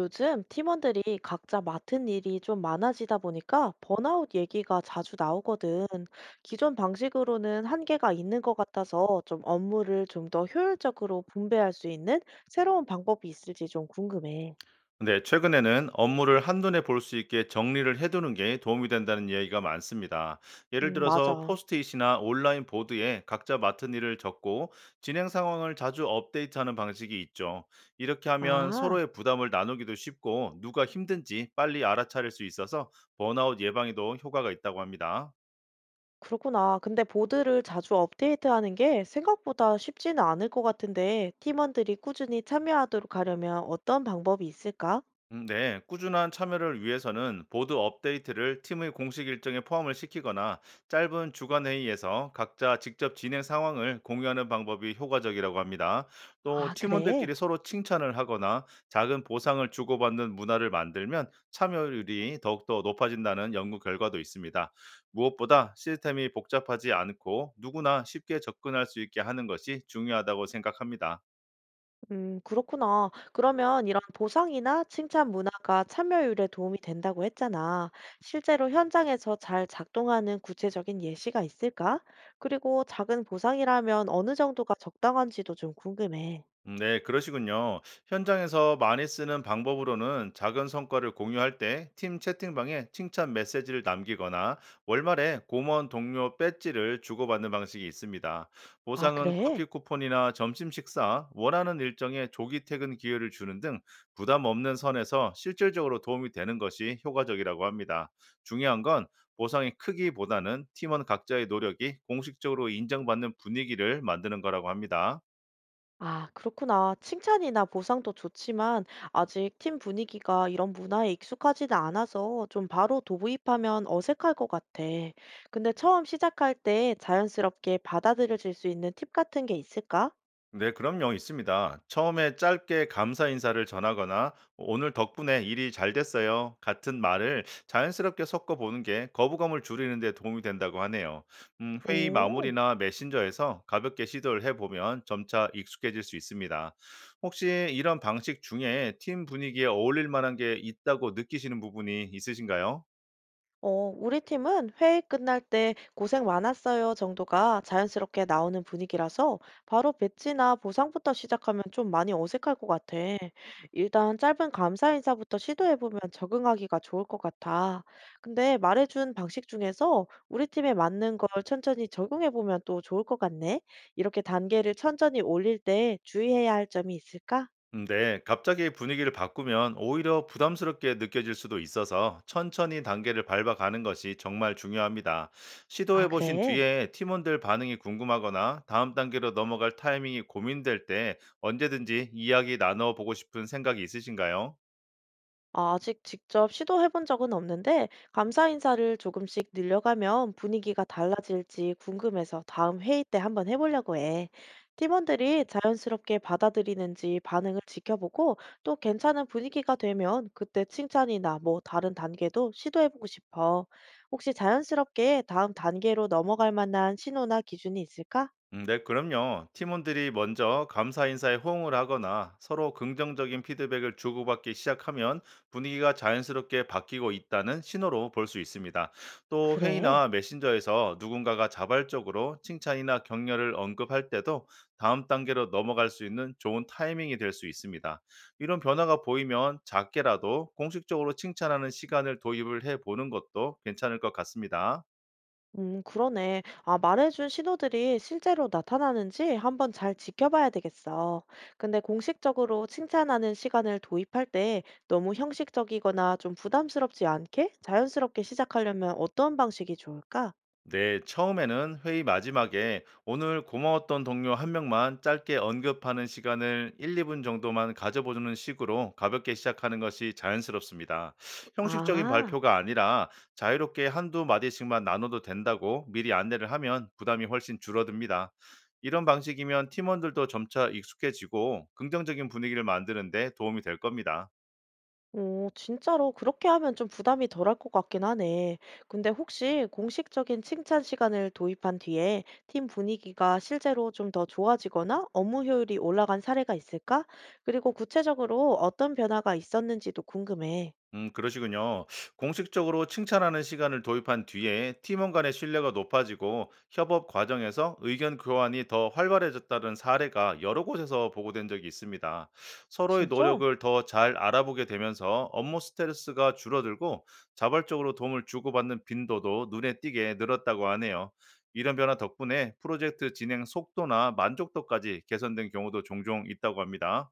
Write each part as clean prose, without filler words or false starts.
요즘 팀원들이 각자 맡은 일이 좀 많아지다 보니까 번아웃 얘기가 자주 나오거든. 기존 방식으로는 한계가 있는 것 같아서 좀 업무를 좀 더 효율적으로 분배할 수 있는 새로운 방법이 있을지 좀 궁금해. 네, 최근에는 업무를 한눈에 볼 수 있게 정리를 해두는 게 도움이 된다는 이야기가 많습니다. 예를 들어서 맞아. 포스트잇이나 온라인 보드에 각자 맡은 일을 적고 진행 상황을 자주 업데이트하는 방식이 있죠. 이렇게 하면 아, 서로의 부담을 나누기도 쉽고 누가 힘든지 빨리 알아차릴 수 있어서 번아웃 예방에도 효과가 있다고 합니다. 그렇구나. 근데 보드를 자주 업데이트하는 게 생각보다 쉽지는 않을 것 같은데 팀원들이 꾸준히 참여하도록 하려면 어떤 방법이 있을까? 네, 꾸준한 참여를 위해서는 보드 업데이트를 팀의 공식 일정에 포함을 시키거나 짧은 주간 회의에서 각자 직접 진행 상황을 공유하는 방법이 효과적이라고 합니다. 또 아, 그래. 팀원들끼리 서로 칭찬을 하거나 작은 보상을 주고받는 문화를 만들면 참여율이 더욱더 높아진다는 연구 결과도 있습니다. 무엇보다 시스템이 복잡하지 않고 누구나 쉽게 접근할 수 있게 하는 것이 중요하다고 생각합니다. 그렇구나. 그러면 이런 보상이나 칭찬 문화가 참여율에 도움이 된다고 했잖아. 실제로 현장에서 잘 작동하는 구체적인 예시가 있을까? 그리고 작은 보상이라면 어느 정도가 적당한지도 좀 궁금해. 네, 그러시군요. 현장에서 많이 쓰는 방법으로는 작은 성과를 공유할 때 팀 채팅방에 칭찬 메시지를 남기거나 월말에 공무원 동료 배지를 주고받는 방식이 있습니다. 아, 보상은 커피 그래? 쿠폰이나 점심 식사, 원하는 일정에 조기 퇴근 기회를 주는 등 부담 없는 선에서 실질적으로 도움이 되는 것이 효과적이라고 합니다. 중요한 건 보상의 크기보다는 팀원 각자의 노력이 공식적으로 인정받는 분위기를 만드는 거라고 합니다. 아, 그렇구나. 칭찬이나 보상도 좋지만 아직 팀 분위기가 이런 문화에 익숙하지는 않아서 좀 바로 도입하면 어색할 것 같아. 근데 처음 시작할 때 자연스럽게 받아들여질 수 있는 팁 같은 게 있을까? 네, 그럼요. 있습니다. 처음에 짧게 감사 인사를 전하거나 오늘 덕분에 일이 잘 됐어요. 같은 말을 자연스럽게 섞어 보는 게 거부감을 줄이는 데 도움이 된다고 하네요. 회의 오, 마무리나 메신저에서 가볍게 시도를 해 보면 점차 익숙해질 수 있습니다. 혹시 이런 방식 중에 팀 분위기에 어울릴 만한 게 있다고 느끼시는 부분이 있으신가요? 어, 우리 팀은 회의 끝날 때 고생 많았어요 정도가 자연스럽게 나오는 분위기라서 바로 배치나 보상부터 시작하면 좀 많이 어색할 것 같아. 일단 짧은 감사 인사부터 시도해보면 적응하기가 좋을 것 같아. 근데 말해준 방식 중에서 우리 팀에 맞는 걸 천천히 적용해보면 또 좋을 것 같네. 이렇게 단계를 천천히 올릴 때 주의해야 할 점이 있을까? 네, 갑자기 분위기를 바꾸면 오히려 부담스럽게 느껴질 수도 있어서 천천히 단계를 밟아가는 것이 정말 중요합니다. 아, 시도해 보신 그래. 뒤에 팀원들 반응이 궁금하거나 다음 단계로 넘어갈 타이밍이 고민될 때 언제든지 이야기 나눠 보고 싶은 생각이 있으신가요? 아직 직접 시도해 본 적은 없는데, 감사 인사를 조금씩 늘려가면 분위기가 달라질지 궁금해서 다음 회의 때 한번 해보려고 해. 팀원들이 자연스럽게 받아들이는지 반응을 지켜보고 또 괜찮은 분위기가 되면 그때 칭찬이나 뭐 다른 단계도 시도해보고 싶어. 혹시 자연스럽게 다음 단계로 넘어갈 만한 신호나 기준이 있을까? 네, 그럼요. 팀원들이 먼저 감사 인사에 호응을 하거나 서로 긍정적인 피드백을 주고받기 시작하면 분위기가 자연스럽게 바뀌고 있다는 신호로 볼 수 있습니다. 또 그래. 회의나 메신저에서 누군가가 자발적으로 칭찬이나 격려를 언급할 때도 다음 단계로 넘어갈 수 있는 좋은 타이밍이 될 수 있습니다. 이런 변화가 보이면 작게라도 공식적으로 칭찬하는 시간을 도입을 해 보는 것도 괜찮을 것 같습니다. 그러네. 아, 말해준 신호들이 실제로 나타나는지 한번 잘 지켜봐야 되겠어. 근데 공식적으로 칭찬하는 시간을 도입할 때 너무 형식적이거나 좀 부담스럽지 않게 자연스럽게 시작하려면 어떤 방식이 좋을까? 네, 처음에는 회의 마지막에 오늘 고마웠던 동료 한 명만 짧게 언급하는 시간을 1, 2분 정도만 가져보는 식으로 가볍게 시작하는 것이 자연스럽습니다. 형식적인 아. 발표가 아니라 자유롭게 한두 마디씩만 나눠도 된다고 미리 안내를 하면 부담이 훨씬 줄어듭니다. 이런 방식이면 팀원들도 점차 익숙해지고 긍정적인 분위기를 만드는데 도움이 될 겁니다. 오, 진짜로 그렇게 하면 좀 부담이 덜할 것 같긴 하네. 근데 혹시 공식적인 칭찬 시간을 도입한 뒤에 팀 분위기가 실제로 좀 더 좋아지거나 업무 효율이 올라간 사례가 있을까? 그리고 구체적으로 어떤 변화가 있었는지도 궁금해. 그러시군요. 공식적으로 칭찬하는 시간을 도입한 뒤에 팀원 간의 신뢰가 높아지고 협업 과정에서 의견 교환이 더 활발해졌다는 사례가 여러 곳에서 보고된 적이 있습니다. 서로의 진짜? 노력을 더 잘 알아보게 되면서 업무 스트레스가 줄어들고 자발적으로 도움을 주고받는 빈도도 눈에 띄게 늘었다고 하네요. 이런 변화 덕분에 프로젝트 진행 속도나 만족도까지 개선된 경우도 종종 있다고 합니다.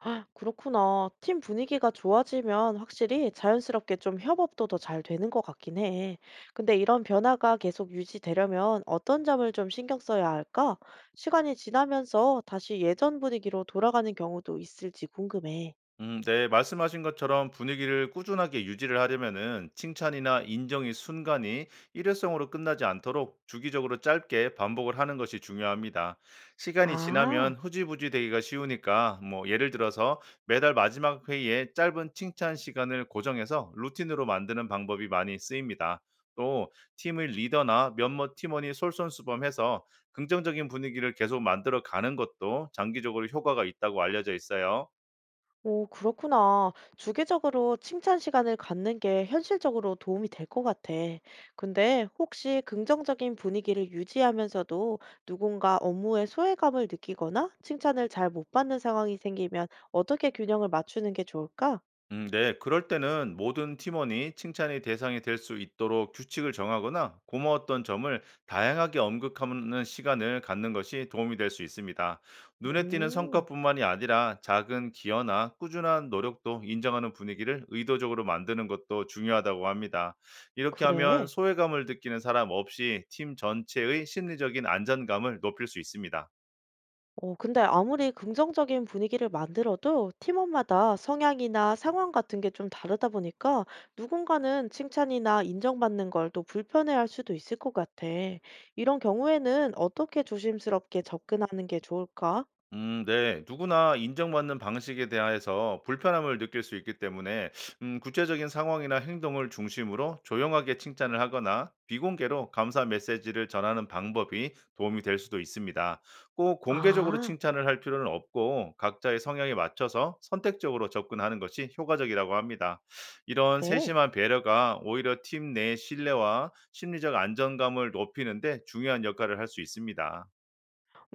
아, 그렇구나. 팀 분위기가 좋아지면 확실히 자연스럽게 좀 협업도 더 잘 되는 것 같긴 해. 근데 이런 변화가 계속 유지되려면 어떤 점을 좀 신경 써야 할까? 시간이 지나면서 다시 예전 분위기로 돌아가는 경우도 있을지 궁금해. 네, 말씀하신 것처럼 분위기를 꾸준하게 유지를 하려면은 칭찬이나 인정이 순간이 일회성으로 끝나지 않도록 주기적으로 짧게 반복을 하는 것이 중요합니다. 시간이 아. 지나면 후지부지 되기가 쉬우니까 뭐 예를 들어서 매달 마지막 회의에 짧은 칭찬 시간을 고정해서 루틴으로 만드는 방법이 많이 쓰입니다. 또 팀의 리더나 몇몇 팀원이 솔선수범해서 긍정적인 분위기를 계속 만들어 가는 것도 장기적으로 효과가 있다고 알려져 있어요. 오, 그렇구나. 주기적으로 칭찬 시간을 갖는 게 현실적으로 도움이 될 것 같아. 근데 혹시 긍정적인 분위기를 유지하면서도 누군가 업무에 소외감을 느끼거나 칭찬을 잘 못 받는 상황이 생기면 어떻게 균형을 맞추는 게 좋을까? 네. 그럴 때는 모든 팀원이 칭찬의 대상이 될 수 있도록 규칙을 정하거나 고마웠던 점을 다양하게 언급하는 시간을 갖는 것이 도움이 될 수 있습니다. 눈에 띄는 음, 성과뿐만이 아니라 작은 기여나 꾸준한 노력도 인정하는 분위기를 의도적으로 만드는 것도 중요하다고 합니다. 이렇게 하면 그래. 소외감을 느끼는 사람 없이 팀 전체의 심리적인 안전감을 높일 수 있습니다. 어, 근데 아무리 긍정적인 분위기를 만들어도 팀원마다 성향이나 상황 같은 게 좀 다르다 보니까 누군가는 칭찬이나 인정받는 걸 또 불편해할 수도 있을 것 같아. 이런 경우에는 어떻게 조심스럽게 접근하는 게 좋을까? 네. 누구나 인정받는 방식에 대하여서 불편함을 느낄 수 있기 때문에 구체적인 상황이나 행동을 중심으로 조용하게 칭찬을 하거나 비공개로 감사 메시지를 전하는 방법이 도움이 될 수도 있습니다. 꼭 공개적으로 아, 칭찬을 할 필요는 없고 각자의 성향에 맞춰서 선택적으로 접근하는 것이 효과적이라고 합니다. 이런 그래. 세심한 배려가 오히려 팀 내 신뢰와 심리적 안정감을 높이는 데 중요한 역할을 할 수 있습니다.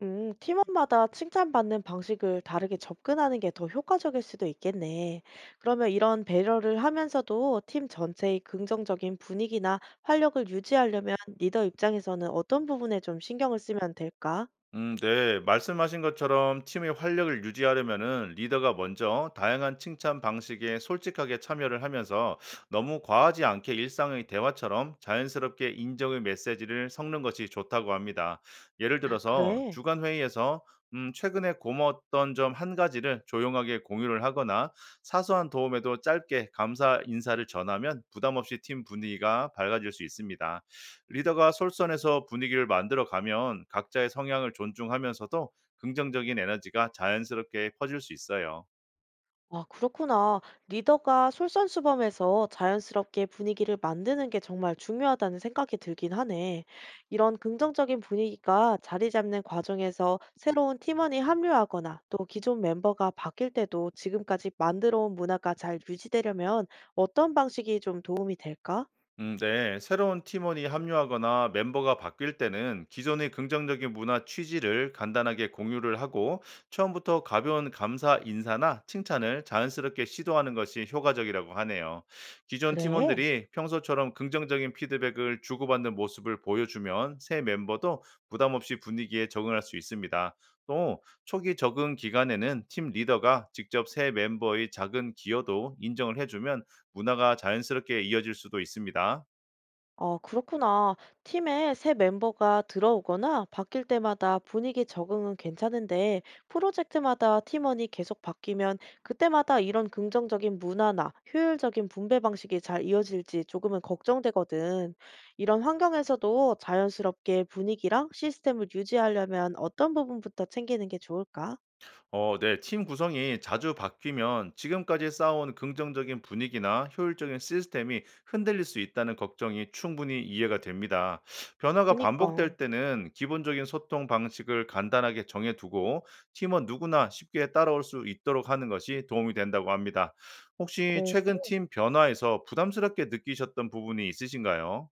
팀원마다 칭찬받는 방식을 다르게 접근하는 게 더 효과적일 수도 있겠네. 그러면 이런 배려를 하면서도 팀 전체의 긍정적인 분위기나 활력을 유지하려면 리더 입장에서는 어떤 부분에 좀 신경을 쓰면 될까? 네. 말씀하신 것처럼 팀의 활력을 유지하려면은 리더가 먼저 다양한 칭찬 방식에 솔직하게 참여를 하면서 너무 과하지 않게 일상의 대화처럼 자연스럽게 인정의 메시지를 섞는 것이 좋다고 합니다. 예를 들어서 그래. 주간 회의에서 최근에 고마웠던 점 한 가지를 조용하게 공유를 하거나 사소한 도움에도 짧게 감사 인사를 전하면 부담 없이 팀 분위기가 밝아질 수 있습니다. 리더가 솔선해서 분위기를 만들어 가면 각자의 성향을 존중하면서도 긍정적인 에너지가 자연스럽게 퍼질 수 있어요. 아, 그렇구나. 리더가 솔선수범해서 자연스럽게 분위기를 만드는 게 정말 중요하다는 생각이 들긴 하네. 이런 긍정적인 분위기가 자리 잡는 과정에서 새로운 팀원이 합류하거나 또 기존 멤버가 바뀔 때도 지금까지 만들어 온 문화가 잘 유지되려면 어떤 방식이 좀 도움이 될까? 네. 새로운 팀원이 합류하거나 멤버가 바뀔 때는 기존의 긍정적인 문화 취지를 간단하게 공유를 하고 처음부터 가벼운 감사 인사나 칭찬을 자연스럽게 시도하는 것이 효과적이라고 하네요. 기존 그래. 팀원들이 평소처럼 긍정적인 피드백을 주고받는 모습을 보여주면 새 멤버도 부담 없이 분위기에 적응할 수 있습니다. 또 초기 적응 기간에는 팀 리더가 직접 새 멤버의 작은 기여도 인정을 해주면 문화가 자연스럽게 이어질 수도 있습니다. 아, 그렇구나. 팀에 새 멤버가 들어오거나 바뀔 때마다 분위기 적응은 괜찮은데, 프로젝트마다 팀원이 계속 바뀌면 그때마다 이런 긍정적인 문화나 효율적인 분배 방식이 잘 이어질지 조금은 걱정되거든. 이런 환경에서도 자연스럽게 분위기랑 시스템을 유지하려면 어떤 부분부터 챙기는 게 좋을까? 네. 팀 구성이 자주 바뀌면 지금까지 쌓아온 긍정적인 분위기나 효율적인 시스템이 흔들릴 수 있다는 걱정이 충분히 이해가 됩니다. 변화가 그니까. 반복될 때는 기본적인 소통 방식을 간단하게 정해두고 팀원 누구나 쉽게 따라올 수 있도록 하는 것이 도움이 된다고 합니다. 혹시 어. 최근 팀 변화에서 부담스럽게 느끼셨던 부분이 있으신가요?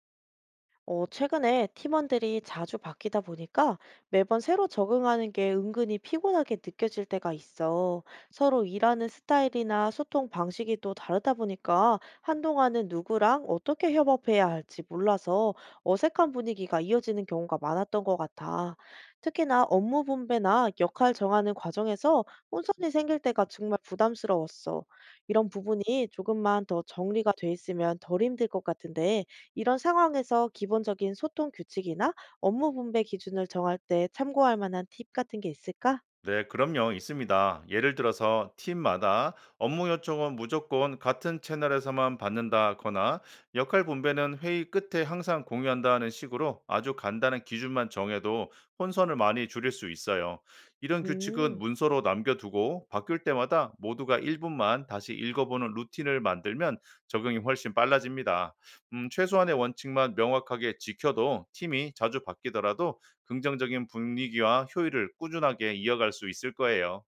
어, 최근에 팀원들이 자주 바뀌다 보니까 매번 새로 적응하는 게 은근히 피곤하게 느껴질 때가 있어. 서로 일하는 스타일이나 소통 방식이 또 다르다 보니까 한동안은 누구랑 어떻게 협업해야 할지 몰라서 어색한 분위기가 이어지는 경우가 많았던 것 같아. 특히나 업무 분배나 역할 정하는 과정에서 혼선이 생길 때가 정말 부담스러웠어. 이런 부분이 조금만 더 정리가 돼 있으면 덜 힘들 것 같은데 이런 상황에서 기본적인 소통 규칙이나 업무 분배 기준을 정할 때 참고할 만한 팁 같은 게 있을까? 네, 그럼요. 있습니다. 예를 들어서 팀마다 업무 요청은 무조건 같은 채널에서만 받는다거나 역할 분배는 회의 끝에 항상 공유한다는 식으로 아주 간단한 기준만 정해도 혼선을 많이 줄일 수 있어요. 이런 규칙은 음. 문서로 남겨두고 바뀔 때마다 모두가 1분만 다시 읽어보는 루틴을 만들면 적용이 훨씬 빨라집니다. 최소한의 원칙만 명확하게 지켜도 팀이 자주 바뀌더라도 긍정적인 분위기와 효율을 꾸준하게 이어갈 수 있을 거예요.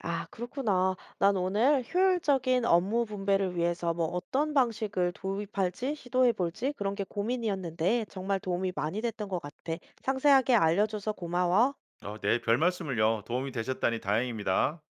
아, 그렇구나. 난 오늘 효율적인 업무 분배를 위해서 뭐 어떤 방식을 도입할지 시도해 볼지 그런 게 고민이었는데 정말 도움이 많이 됐던 것 같아. 상세하게 알려줘서 고마워. 네, 별 말씀을요. 도움이 되셨다니 다행입니다.